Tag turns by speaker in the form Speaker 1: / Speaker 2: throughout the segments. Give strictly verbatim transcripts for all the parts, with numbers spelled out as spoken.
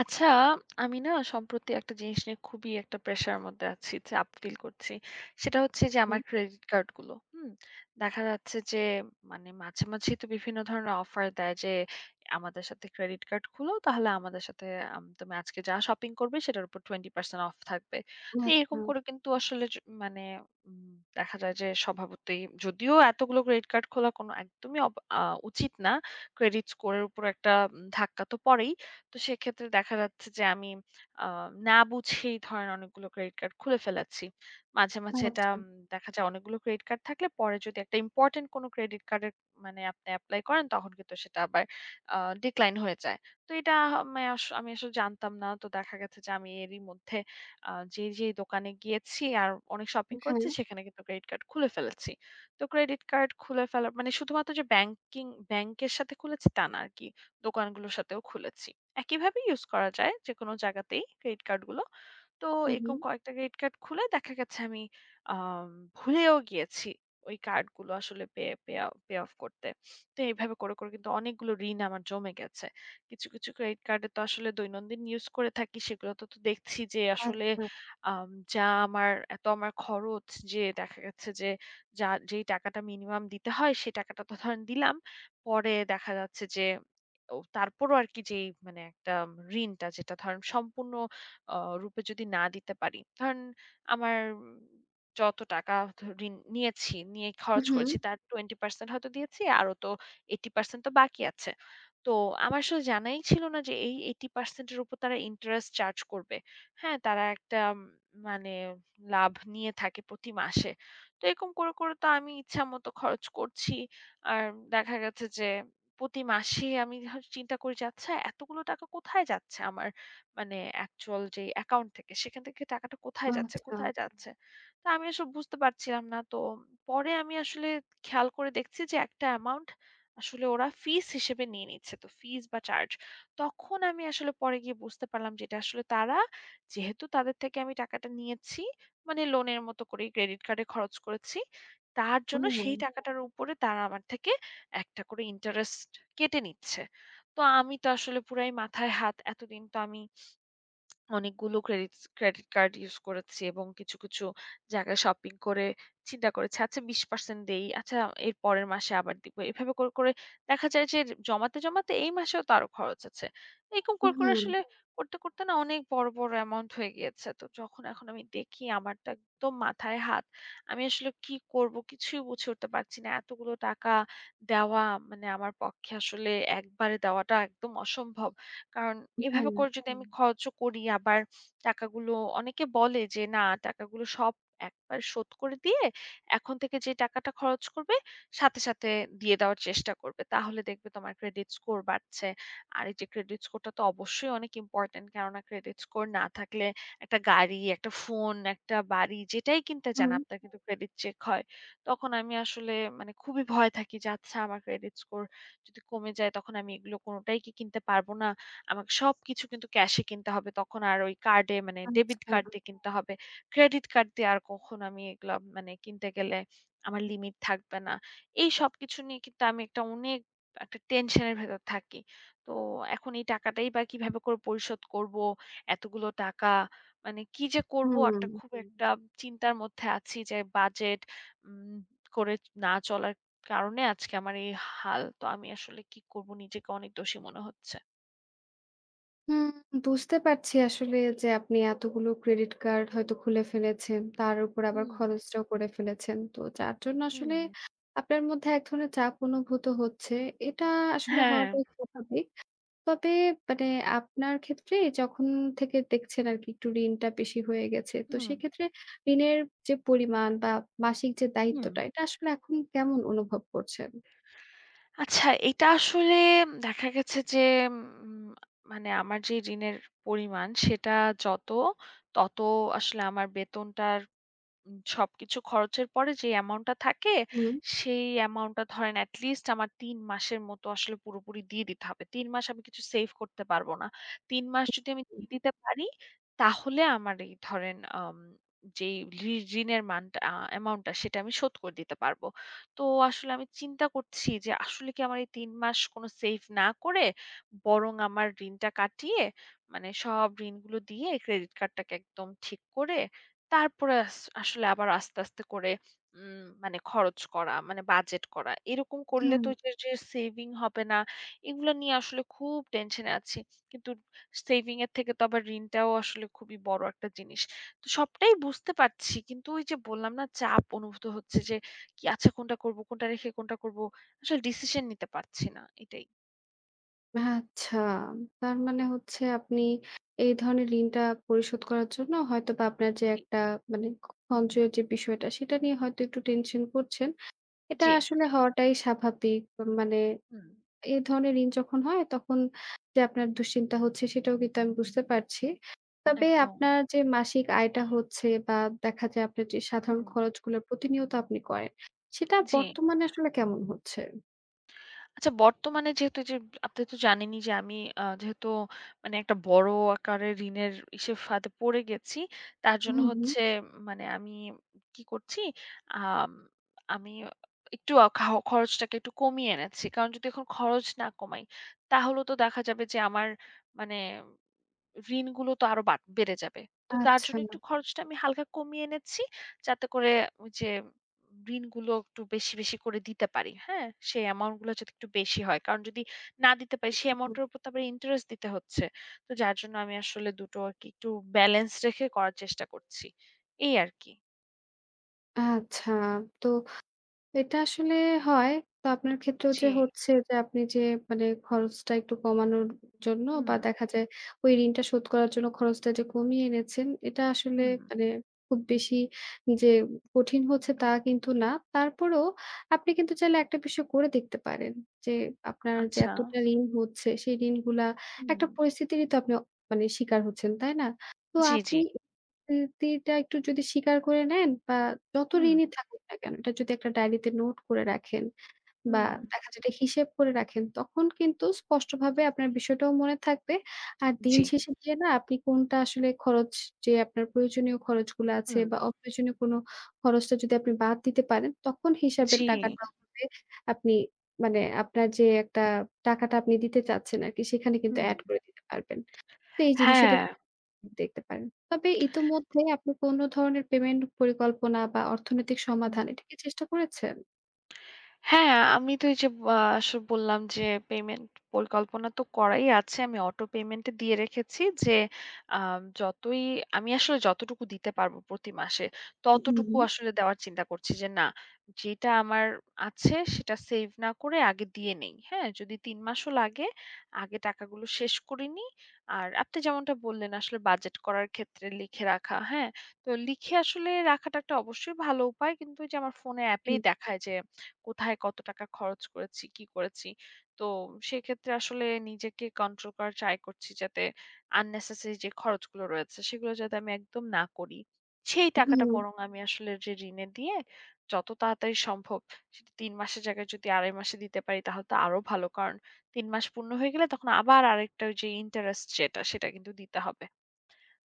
Speaker 1: আচ্ছা, আমি না সম্প্রতি একটা জিনিস নিয়ে খুবই একটা প্রেশার এর মধ্যে আছি, চাপ ফিল করছি। সেটা হচ্ছে যে আমার
Speaker 2: হুম,
Speaker 1: ক্রেডিট কার্ড গুলো। হুম? দেখা যাচ্ছে যে মানে মাঝে, মাঝেই তো বিভিন্ন ধরনের অফার দেয় যে আমাদের সাথে ক্রেডিট কার্ড খুলো তাহলে আমাদের সাথে আম তুমি আজকে যা শপিং করবে সেটার উপর বিশ পার্সেন্ট অফ থাকবে। তো এরকম
Speaker 2: আচ্ছা,
Speaker 1: করে কিন্তু আসলে য মানে উম দেখা যায় যে স্বভাবতই যদিও এতগুলো ক্রেডিট কার্ড খোলা কোনো একদমই অব আ উচিত না। ক্রেডিট স্কোর এর উপর একটা উম ধাক্কা তো পড়েই। তো সেক্ষেত্রে দেখা যাচ্ছে যে আমি আ না বুঝেই ধরেন অনেকগুলো ক্রেডিট কার্ড খুলে ফেলাচ্ছি। মাঝে, মাঝে এটা
Speaker 2: আচ্ছা,
Speaker 1: উম দেখা যায় অনেকগুলো ক্রেডিট কার্ড থাকলে পরে যদি একটা ইম্পোর্টেন্ট কোনো ক্রেডিট কার্ডের মানে আপনি এপ্লাই করেন তখন কিন্তু সেটা আবার আ ডিক্লাইন হয়ে যায়। তো এটা আমি আস আমি আসলে জানতাম না। তো দেখা গেছে যে আমি এরই মধ্যে আ যেই, যেই দোকানে গিয়েছি আর অনেক শপিং
Speaker 2: হ্যাঁ,
Speaker 1: করেছি সেখানে কিন্তু ক্রেডিট কার্ড খুলে ফেলেছি। তো ক্রেডিট কার্ড খুলে ফেলা মানে শুধুমাত্র যে ব্যাংকিং ব্যাংকের সাথে খুলেছি তা না আরকি। দোকানগুলোর সাথেও খুলেছি। একইভাবে ইউজ করা যায় যেকোনো জায়গাতেই ক্রেডিট কার্ডগুলো। তো
Speaker 2: হু, হু,
Speaker 1: এরকম কয়েকটা ক্রেডিট কার্ড খুলে দেখা গেছে আমি আম ভুলেও গিয়েছি ওই কার্ডগুলো আসলে পে পে পে অফ করতে। তো এইভাবে করে, করে কিন্তু অনেকগুলো ঋণ আমার জমে গেছে। কিছু, কিছু ক্রেডিট কার্ডে তো আসলে দৈনন্দিন ইউজ করে থাকি সেগুলোতে তো তো দেখছি যে আসলে
Speaker 2: আচ্ছা,
Speaker 1: আম যা আমার এত আমার খরচ যে দেখা গেছে যে যা যেই টাকাটা মিনিমাম দিতে হয় সেই টাকাটা তো ধরেন দিলাম। পরে দেখা যাচ্ছে যে ও তারপরও আরকি যেই মানে একটা ঋণটা যেটা ধরেন সম্পূর্ণ আ রূপে যদি না দিতে পারি, ধরেন আমার উম, যত টাকা ধ ঋণ নিয়েছি, নিয়ে খরচ
Speaker 2: হু,
Speaker 1: করেছি তার বিশ পার্সেন্ট হয়তো দিয়েছি, আরো তো আশি পার্সেন্ট তো বাকি আছে। তো আমার আসলে জানাই ছিল না যে এই আশি পার্সেন্ট এর উপর তারা ইন্টারেস্ট চার্জ করবে। হ্যাঁ, তারা একটা উম, মানে লাভ নিয়ে থাকে প্রতি মাসে। তো এরকম করে, করে তো আমি ইচ্ছামত খরচ করছি। আর দেখা গেছে যে প্রতি মাসে আমি হ চিন্তা করি যে আচ্ছা এতগুলো টাকা কোথায় যাচ্ছে আমার মানে অ্যাকচুয়াল যে অ্যাকাউন্ট থেকে সেখান থেকে টাকাটা কোথায় যাচ্ছে,
Speaker 2: আচ্ছা,
Speaker 1: কোথায় যাচ্ছে? তো আমি আসলে বুঝতে পারছিলাম না। তো পরে আমি আসলে খেয়াল করে দেখছি যে একটা অ্যামাউন্ট আসলে ওরা ফিস হিসেবে নিয়ে নিচ্ছে। তো ফিস বা চার্জ। তখন আমি আসলে পরে গিয়ে বুঝতে পারলাম যে এটা আসলে তারা যেহেতু তাদের থেকে আমি টাকাটা নিয়েছি মানে লোনের মতো করে ক্রেডিট কার্ডে খরচ করেছি। তার জন্য সেই হুম।
Speaker 2: ও,
Speaker 1: টাকাটার উপরে তারা আমার থেকে একটা করে ইন্টারেস্ট কেটে নিচ্ছে। তো আমি তো আসলে পুরাই মাথায় হাত। এতদিন তো আমি অনেকগুলো ক্রেডিটস ক্রেডিট কার্ড ইউস করেছি এবং কিছু, কিছু জায়গায় শপিং করে চিন্তা করেছি, আচ্ছা বিশ পার্সেন্ট দেই, আচ্ছা এর পরের মাসে আবার দিব। এভাবে করে, করে দেখা যায় যে জমাতে, জমাতে এই মাসেও তো আরো খরচ আছে। এরকম করে, করে
Speaker 2: হুম,
Speaker 1: আসলে করতে, করতে না অনেক বড়, বড় অ্যামাউন্ট হয়ে গিয়েছে। তো যখন এখন আমি দেখি আমার তো একদম মাথায় হাত। আমি আসলে কি করব কিছুই বুঝে উঠতে পারছি না। এতগুলো টাকা দেওয়া মানে আমার পক্ষে আসলে একবারে দেওয়াটা একদম অসম্ভব। কারণ
Speaker 2: হ্যাঁ,
Speaker 1: এভাবে করে যদি হুম। আমি খরচও করি আবার টাকাগুলো অনেকে বলে যে, "না টাকাগুলো সব একবার শোধ করে দিয়ে এখন থেকে যে টাকাটা খরচ করবে সাথে, সাথে দিয়ে দেওয়ার চেষ্টা করবে। তাহলে দেখবে তোমার ক্রেডিট স্কোর বাড়ছে।" আর এই যে ক্রেডিট স্কোরটা তো অবশ্যই অনেক ইম্পোর্টেন্ট। কেননা ক্রেডিট স্কোর না থাকলে একটা গাড়ি, একটা ফোন, একটা বাড়ি যেটাই কিনতে যান
Speaker 2: হুম,
Speaker 1: আপনার কিন্তু ক্রেডিট চেক হয়। তখন আমি আসলে মানে খুবই ভয় থাকি যে, "আচ্ছা আমার ক্রেডিট স্কোর যদি কমে যায় তখন আমি এগুলো কোনটাই কি কিনতে পারব না?" আমাকে সবকিছু কিন্তু ক্যাশে কিনতে হবে। তখন আর ওই কার্ডে মানে ডেবিট
Speaker 2: আচ্ছা,
Speaker 1: কার্ড দিয়ে কিনতে হবে। ক্রেডিট কার্ড দিয়ে আর কখনো আমি এগুলা মানে কিনতে গেলে আমার লিমিট থাকবে না। এই সবকিছু নিয়ে কিন্তু আমি একটা অনেক একটা টেনশনের ভেতর থাকি। তো এখন এই টাকাটাই বা কিভাবে করে পরিশোধ করব? এতগুলো টাকা মানে কি যে করব
Speaker 2: হুম,
Speaker 1: একটা খুব হুম। একটা চিন্তার মধ্যে আছি যে বাজেট উম করে না চলার কারণে আজকে আমার এই হাল। তো আমি আসলে কি করব নিজেকে অনেক দোষী মনে হচ্ছে।
Speaker 2: হুম, বুঝতে পারছি আসলে যে আপনি এতগুলো ক্রেডিট কার্ড হয়তো খুলে ফেলেছেন। তার উপর আবার
Speaker 1: হুম।
Speaker 2: খরচটাও করে ফেলেছেন। তো যার জন্য আসলে
Speaker 1: হুম।
Speaker 2: আপনার মধ্যে এক ধরনের চাপ অনুভূত হচ্ছে। এটা আসলে
Speaker 1: হ্যাঁ।
Speaker 2: হওয়াটাই স্বাভাবিক। তবে মানে আপনার ক্ষেত্রে যখন থেকে দেখছেন আরকি একটু ঋণটা বেশি হয়ে গেছে। তো
Speaker 1: হুম,
Speaker 2: সেক্ষেত্রে ঋণের যে পরিমাণ বা মাসিক যে
Speaker 1: হুম।
Speaker 2: দায়িত্বটা এটা আসলে এখন কেমন অনুভব করছেন?
Speaker 1: আচ্ছা এটা আসলে দেখা গেছে যে উম মানে আমার যে ঋণের পরিমাণ সেটা যত তত আসলে আমার বেতনটার উম সবকিছু খরচের পরে যে অ্যামাউন্টটা থাকে,
Speaker 2: হুম,
Speaker 1: সেই অ্যামাউন্টটা ধরেন at least আমার তিন মাসের মতো আসলে পুরোপুরি দিয়ে দিতে হবে। তিন মাস আমি কিছু সেভ করতে পারব না। তিন মাস যদি আমি দিয়ে দিতে পারি, তাহলে আমার এই ধরেন আম যেই ঋ ঋণের মানটা আ অ্যামাউন্টটা সেটা আমি শোধ করে দিতে পারব। তো আসলে আমি চিন্তা করছি যে আসলে কি আমার এই তিন মাস কোনো সেভ না করে বরং আমার ঋণটা কাটিয়ে মানে সব ঋণগুলো দিয়ে ক্রেডিট কার্ডটাকে একদম ঠিক করে তারপরে আস আসলে আবার আস্তে, আস্তে করে উম মানে খরচ করা, মানে বাজেট করা। এরকম করলে
Speaker 2: হুম।
Speaker 1: তো যে, যে সেভিং হবে না, এগুলো নিয়ে আসলে খুব টেনশনে আছি। কিন্তু সেভিং এর থেকে তো আবার ঋণটাও আসলে খুবই বড় একটা জিনিস। তো সবটাই বুঝতে পারছি। কিন্তু ওই যে বললাম না চাপ অনুভূত হচ্ছে যে, কি আচ্ছা কোনটা করব, কোনটা রেখে কোনটা করব। আসলে ডিসিশন নিতে পারছি না। এটাই।
Speaker 2: আচ্ছা। তার মানে হচ্ছে আপনি এই ধরনের ঋণটা পরিশোধ করার জন্য হয়তোবা আপনার যে
Speaker 1: জি,
Speaker 2: একটা মানে সঞ্চয়ের যে বিষয়টা সেটা নিয়ে হয়তো একটু টেনশন করছেন। এটা
Speaker 1: জি।
Speaker 2: আসলে হওয়াটাই স্বাভাবিক। মানে
Speaker 1: হুম,
Speaker 2: এ ধরনের ঋণ যখন হয় তখন যে আপনার দুশ্চিন্তা হচ্ছে সেটাও কিন্তু আমি বুঝতে পারছি। তবে
Speaker 1: একদম।
Speaker 2: আপনার যে মাসিক আয়টা হচ্ছে বা দেখা যায় আপনার যে সাধারণ
Speaker 1: হুম,
Speaker 2: খরচগুলো প্রতিনিয়ত আপনি করেন, সেটা
Speaker 1: জি।
Speaker 2: বর্তমানে আসলে কেমন হচ্ছে?
Speaker 1: আচ্ছা বর্তমানে যেহেতু এই যে আপনি তো জানেনই যে আমি আ যেহেতু মানে একটা বড় আকারের ঋণের ইসে ফাঁদে পড়ে গেছি। তার জন্য
Speaker 2: হুম, হুম।
Speaker 1: হচ্ছে মানে আমি কি করছি? আম আমি একটু আ খা খরচটাকে একটু কমিয়ে এনেছি। কারণ যদি এখন খরচ না কমাই তাহলে তো দেখা যাবে যে আমার মানে ঋণগুলো তো আরো বাট বেড়ে যাবে। তো তার
Speaker 2: আচ্ছা,
Speaker 1: জন্য একটু খরচটা আমি হালকা কমিয়ে এনেছি। যাতে করে ওই যে ঋণগুলো একটু বেশি, বেশি করে দিতে পারি। হ্যাঁ? সেই অ্যামাউন্ট গুলো যাতে একটু বেশি হয়। কারণ যদি না দিতে পারি সেই অ্যামাউন্ট
Speaker 2: হুম,
Speaker 1: এর উপর তো আবার ইন্টারেস্ট দিতে হচ্ছে। তো যার জন্য আমি আসলে দুটো আরকি একটু ব্যালেন্স রেখে করার চেষ্টা করছি। এই আরকি।
Speaker 2: আচ্ছা। তো এটা আসলে হয়। তো আপনার ক্ষেত্রেও
Speaker 1: জি।
Speaker 2: যে হচ্ছে যে আপনি যে মানে খরচটা একটু কমানোর জন্য বা
Speaker 1: হুম,
Speaker 2: দেখা যায় ওই ঋণটা শোধ করার জন্য খরচটা যে কমিয়ে এনেছেন, এটা আসলে
Speaker 1: হুম।
Speaker 2: মানে খুব বেশি যে কঠিন হচ্ছে তা কিন্তু না। তারপরেও আপনি কিন্তু চাইলে একটা বিষয় করে দেখতে পারেন যে আপনার যে
Speaker 1: আচ্ছা।
Speaker 2: এতটা ঋণ হচ্ছে সেই ঋণগুলা
Speaker 1: হুম।
Speaker 2: একটা পরিস্থিতিরই তো আপনি মানে শিকার হচ্ছেন, তাই না? তো
Speaker 1: জি, জি।
Speaker 2: আপনি স্মৃতিটা একটু যদি স্বীকার করে নেন বা যত
Speaker 1: হুম,
Speaker 2: ঋণী হুম। থাকুক না কেন, এটা যদি একটা ডায়েরিতে নোট করে রাখেন বা
Speaker 1: হুম।
Speaker 2: দেখা যায় এটা হিসেব করে রাখেন, তখন কিন্তু স্পষ্টভাবে আপনার বিষয়টাও মনে থাকবে। আর দিন
Speaker 1: জি।
Speaker 2: শেষে গিয়ে না আপনি কোনটা আসলে খরচ যে আপনার প্রয়োজনীয় খরচগুলো আছে
Speaker 1: হুম।
Speaker 2: বা অপ্রয়োজনীয় কোনো খরচটা যদি আপনি বাদ দিতে পারেন, তখন হিসাবের
Speaker 1: জি।
Speaker 2: টাকাটা হবে আপনি মানে আপনার যে একটা টাকাটা আপনি দিতে চাচ্ছেন আরকি সেখানে কিন্তু
Speaker 1: হুম।
Speaker 2: এড করে দিতে পারবেন। তো এই যে
Speaker 1: হ্যাঁ।
Speaker 2: বিষয়টা দেখতে পারেন। তবে ইতোমধ্যে আপনি কোন ধরনের পেমেন্ট পরিকল্পনা বা অর্থনৈতিক সমাধান
Speaker 1: হুম।
Speaker 2: এটা কি চেষ্টা করেছেন?
Speaker 1: হ্যাঁ, আমি তো এই যে আ আসলে বললাম যে পেমেন্ট পরিকল্পনা তো করাই আছে। আমি অটো পেমেন্ট দিয়ে রেখেছি যে আ যতই আমি আসলে যতটুকু দিতে পারব প্রতি মাসে
Speaker 2: হুম,
Speaker 1: ততটুকু
Speaker 2: হুম।
Speaker 1: আসলে দেওয়ার চিন্তা করছি যে না যেটা আমার আছে সেটা সেভ না করে আগে দিয়ে নেই। হ্যাঁ? যদি তিন মাসও লাগে আগে টাকাগুলো শেষ করে নিই। আর আপনি যেমনটা বললেন আসলে বাজেট করার ক্ষেত্রে লিখে রাখা। হ্যাঁ? তো লিখে আসলে রাখাটা একটা অবশ্যই ভালো উপায়। কিন্তু ওই যে আমার ফোনে
Speaker 2: জি।
Speaker 1: অ্যাপেই দেখায় যে কোথায় কত টাকা খরচ করেছি, কি করেছি। তো সেক্ষেত্রে আসলে নিজেকে কন্ট্রোল করার ট্রাই করছি যাতে unnecessary যে খরচগুলো রয়েছে সেগুলো যাতে আমি একদম না করি। সেই টাকাটা
Speaker 2: হুম,
Speaker 1: বরং আমি আসলে যে ঋণে দিয়ে যত তাড়াতাড়ি সম্ভব সেটা তিন মাসের জায়গায় যদি দুই দশমিক পাঁচ মাসে দিতে পারি তাহলে তো আরো ভালো। কারণ তিন মাস পূর্ণ হয়ে গেলে তখন আবার আরেকটা ওই যে ইন্টারেস্ট যেটা সেটা কিন্তু দিতে হবে।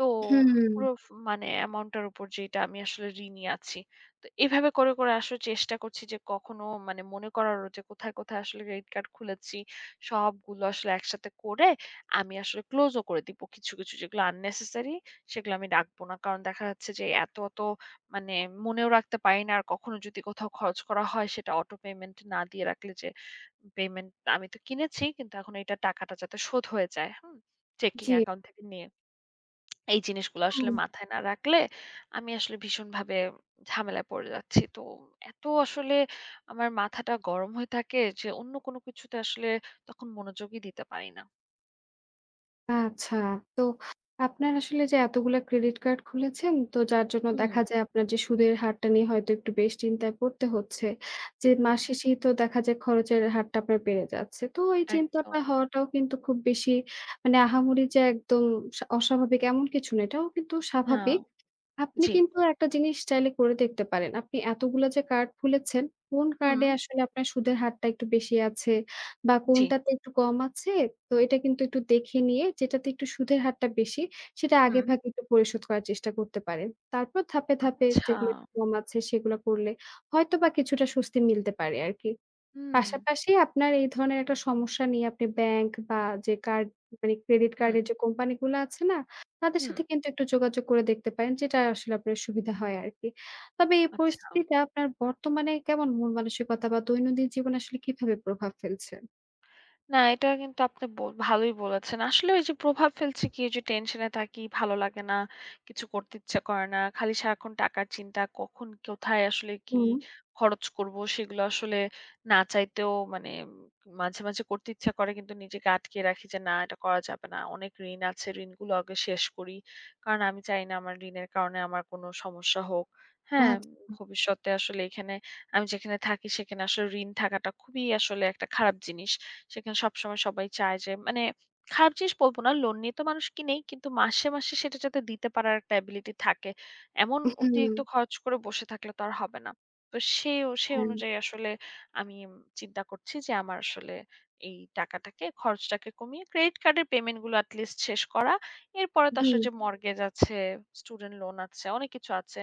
Speaker 1: তো
Speaker 2: হুম,
Speaker 1: পুরো ফ মানে অ্যামাউন্টটার উপর যেটা আমি আসলে ঋণী আছি। তো এভাবে করে, করে আসলে চেষ্টা করছি যে কখনো মানে মনে করারও যে কোথায়, কোথায় আসলে ক্রেডিট কার্ড খুলেছি সবগুলো আসলে একসাথে করে আমি আসলে ক্লোজও করে দিব কিছু, কিছু যেগুলো unnecessary সেগুলো আমি রাখবো না। কারণ দেখা যাচ্ছে যে এত, এত মানে মনেও রাখতে পারি না। আর কখনো যদি কোথাও খরচ করা হয় সেটা অটো পেমেন্ট না দিয়ে রাখলে যে পেমেন্ট আমি তো কিনেছি কিন্তু এখন এটা টাকাটা যাতে শোধ হয়ে যায়। হুম? চেকিং
Speaker 2: জি।
Speaker 1: অ্যাকাউন্ট থেকে নিয়ে। এই জিনিসগুলো
Speaker 2: হুম,
Speaker 1: আসলে মাথায় না রাখলে আমি আসলে ভীষণভাবে ঝামেলায় পড়ে যাচ্ছি। তো এত আসলে আমার মাথাটা গরম হয়ে থাকে যে অন্য কোনো কিছুতে আসলে তখন মনোযোগই দিতে পারি না।
Speaker 2: আচ্ছা। তো আপনার আসলে যে এতগুলা ক্রেডিট কার্ড খুলেছেন তো যার জন্য
Speaker 1: হুম,
Speaker 2: দেখা যায় আপনার যে সুদের হারটা নিয়ে হয়তো একটু বেশ চিন্তায় পড়তে হচ্ছে। যে
Speaker 1: হুম।
Speaker 2: মাস শেষেই তো দেখা যায় খরচের হারটা আপনার বেড়ে যাচ্ছে। তো এই চিন্তাটা
Speaker 1: একদম।
Speaker 2: হওয়াটাও কিন্তু খুব বেশি মানে আহামরি যে একদম সা অস্বাভাবিক এমন কিছু না। এটাও কিন্তু
Speaker 1: না।
Speaker 2: স্বাভাবিক। আপনি
Speaker 1: জি।
Speaker 2: কিন্তু একটা জিনিস চাইলে করে দেখতে পারেন। আপনি এতগুলা যে কার্ড খুলেছেন, কোন
Speaker 1: হুম,
Speaker 2: কার্ডে আসলে আপনার সুদের হারটা একটু বেশি আছে বা
Speaker 1: জি।
Speaker 2: কোনটাতে একটু কম আছে? তো এটা কিন্তু একটু দেখে নিয়ে যেটাতে একটু সুদের হারটা বেশি, সেটা
Speaker 1: হুম।
Speaker 2: আগেভাগে একটু পরিশোধ করার চেষ্টা করতে পারেন। তারপর ধাপে, ধাপে
Speaker 1: আচ্ছা।
Speaker 2: যেগুলো একটু কম আছে সেগুলো করলে হয়তোবা কিছুটা স্বস্তি মিলতে পারে আরকি।
Speaker 1: হুম,
Speaker 2: পাশাপাশি আপনার এই ধরনের একটা সমস্যা নিয়ে আপনি ব্যাংক বা যে কার্ড মানে ক্রেডিট
Speaker 1: হুম,
Speaker 2: কার্ডের যে কোম্পানিগুলো আছে না? তাদের
Speaker 1: হুম।
Speaker 2: সাথে কিন্তু একটু যোগাযোগ করে দেখতে পারেন। যেটা আসলে আপনার সুবিধা হয় আরকি। তবে এই
Speaker 1: আচ্ছা।
Speaker 2: পরিস্থিতিটা আপনার বর্তমানে কেমন মন মানসিকতা বা দৈনন্দিন জীবনে আসলে কিভাবে প্রভাব ফেলছে?
Speaker 1: না, এটা কিন্তু আপনি বো ভালোই বলেছেন। আসলে ওই যে প্রভাব ফেলছে কি ওই যে টেনশনে থাকি, ভালো লাগে না, কিছু করতে ইচ্ছা করে না। খালি সারাক্ষণ টাকার চিন্তা, কখন কোথায় আসলে কি
Speaker 2: হুম,
Speaker 1: খরচ করব সেগুলো আসলে না চাইতেও মানে উম মাঝে, মাঝে করতে ইচ্ছা করে কিন্তু নিজেকে আটকিয়ে রাখি যে না এটা করা যাবে না। অনেক ঋণ আছে, ঋণগুলো আগে শেষ করি। কারণ আমি চাই না আমার ঋণের কারণে আমার কোনো সমস্যা হোক। হ্যাঁ,
Speaker 2: আচ্ছা।
Speaker 1: ভবিষ্যতে আসলে এখানে আমি যেখানে থাকি সেখানে আসলে ঋণ থাকাটা খুবই আসলে একটা খারাপ জিনিস। সেখানে সবসময় সবাই চায় যে মানে খারাপ জিনিস বলবো না, লোন নিয়ে তো মানুষ কিনেই। কিন্তু মাসে, মাসে সেটা যাতে দিতে পারার একটা এবিলিটি থাকে। এমন
Speaker 2: হুম,
Speaker 1: অতিরিক্ত খরচ করে বসে থাকলে তো আর হবে না। তো সে সে
Speaker 2: হ্যাঁ।
Speaker 1: অনুযায়ী আসলে আমি চিন্তা করছি যে আমার আসলে এই টাকাটাকে খরচটাকে কমিয়ে ক্রেডিট কার্ডের পেমেন্ট গুলো এটলিস্ট শেষ করা। এরপরে তো আসলে
Speaker 2: হুম,
Speaker 1: যে মর্টগেজ আছে, স্টুডেন্ট লোন আছে, অনেক কিছু আছে,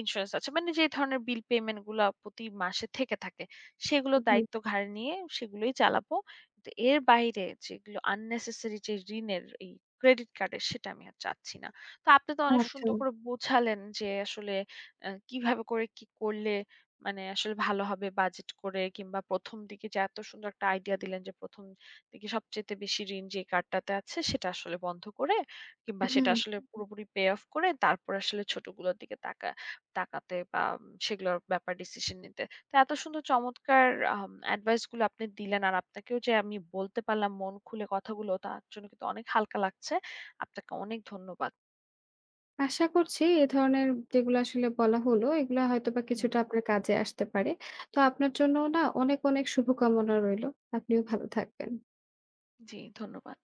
Speaker 1: ইন্সুরেন্স আছে। মানে যে ধরনের বিল পেমেন্ট গুলা প্রতি মাসে থেকে থাকে, সেগুলো
Speaker 2: হুম,
Speaker 1: দায়িত্ব ঘাড়ে নিয়ে সেগুলোই চালাবো। তো এর বাইরে যেগুলো unnecessary যে ঋণের এই ক্রেডিট কার্ডের সেটা আমি আর চাচ্ছি না। তো আপনি তো অনেক
Speaker 2: আচ্ছা।
Speaker 1: সুন্দর করে বোঝালেন যে আসলে আ কিভাবে করে কি করলে মানে আসলে ভালো হবে বাজেট করে কিংবা প্রথম দিকে যে এত সুন্দর একটা আইডিয়া দিলেন যে প্রথম দিকে সবচাইতে বেশি ঋণ যে কার্ডটাতে আছে সেটা আসলে বন্ধ করে কিংবা সেটা
Speaker 2: হুম।
Speaker 1: আসলে পুরোপুরি পে অফ করে তারপর আসলে ছোটগুলোর দিকে তাকা তাকাতে বা উম, সেগুলোর ব্যাপারে ডিসিশন নিতে। তো এত সুন্দর চমৎকার আম এডভাইস গুলো আপনি দিলেন। আর আপনাকেও যে আমি বলতে পারলাম মন খুলে কথাগুলো, তার জন্য কিন্তু অনেক হালকা লাগছে। আপনাকে অনেক ধন্যবাদ।
Speaker 2: আশা করছি এ ধরনের যেগুলো আসলে বলা হলো, এগুলা হয়তোবা
Speaker 1: হুম।
Speaker 2: কিছুটা আপনার কাজে আসতে পারে। তো আপনার জন্য না অনেক, অনেক শুভকামনা রইলো। আপনিও ভালো থাকবেন।
Speaker 1: জি, ধন্যবাদ।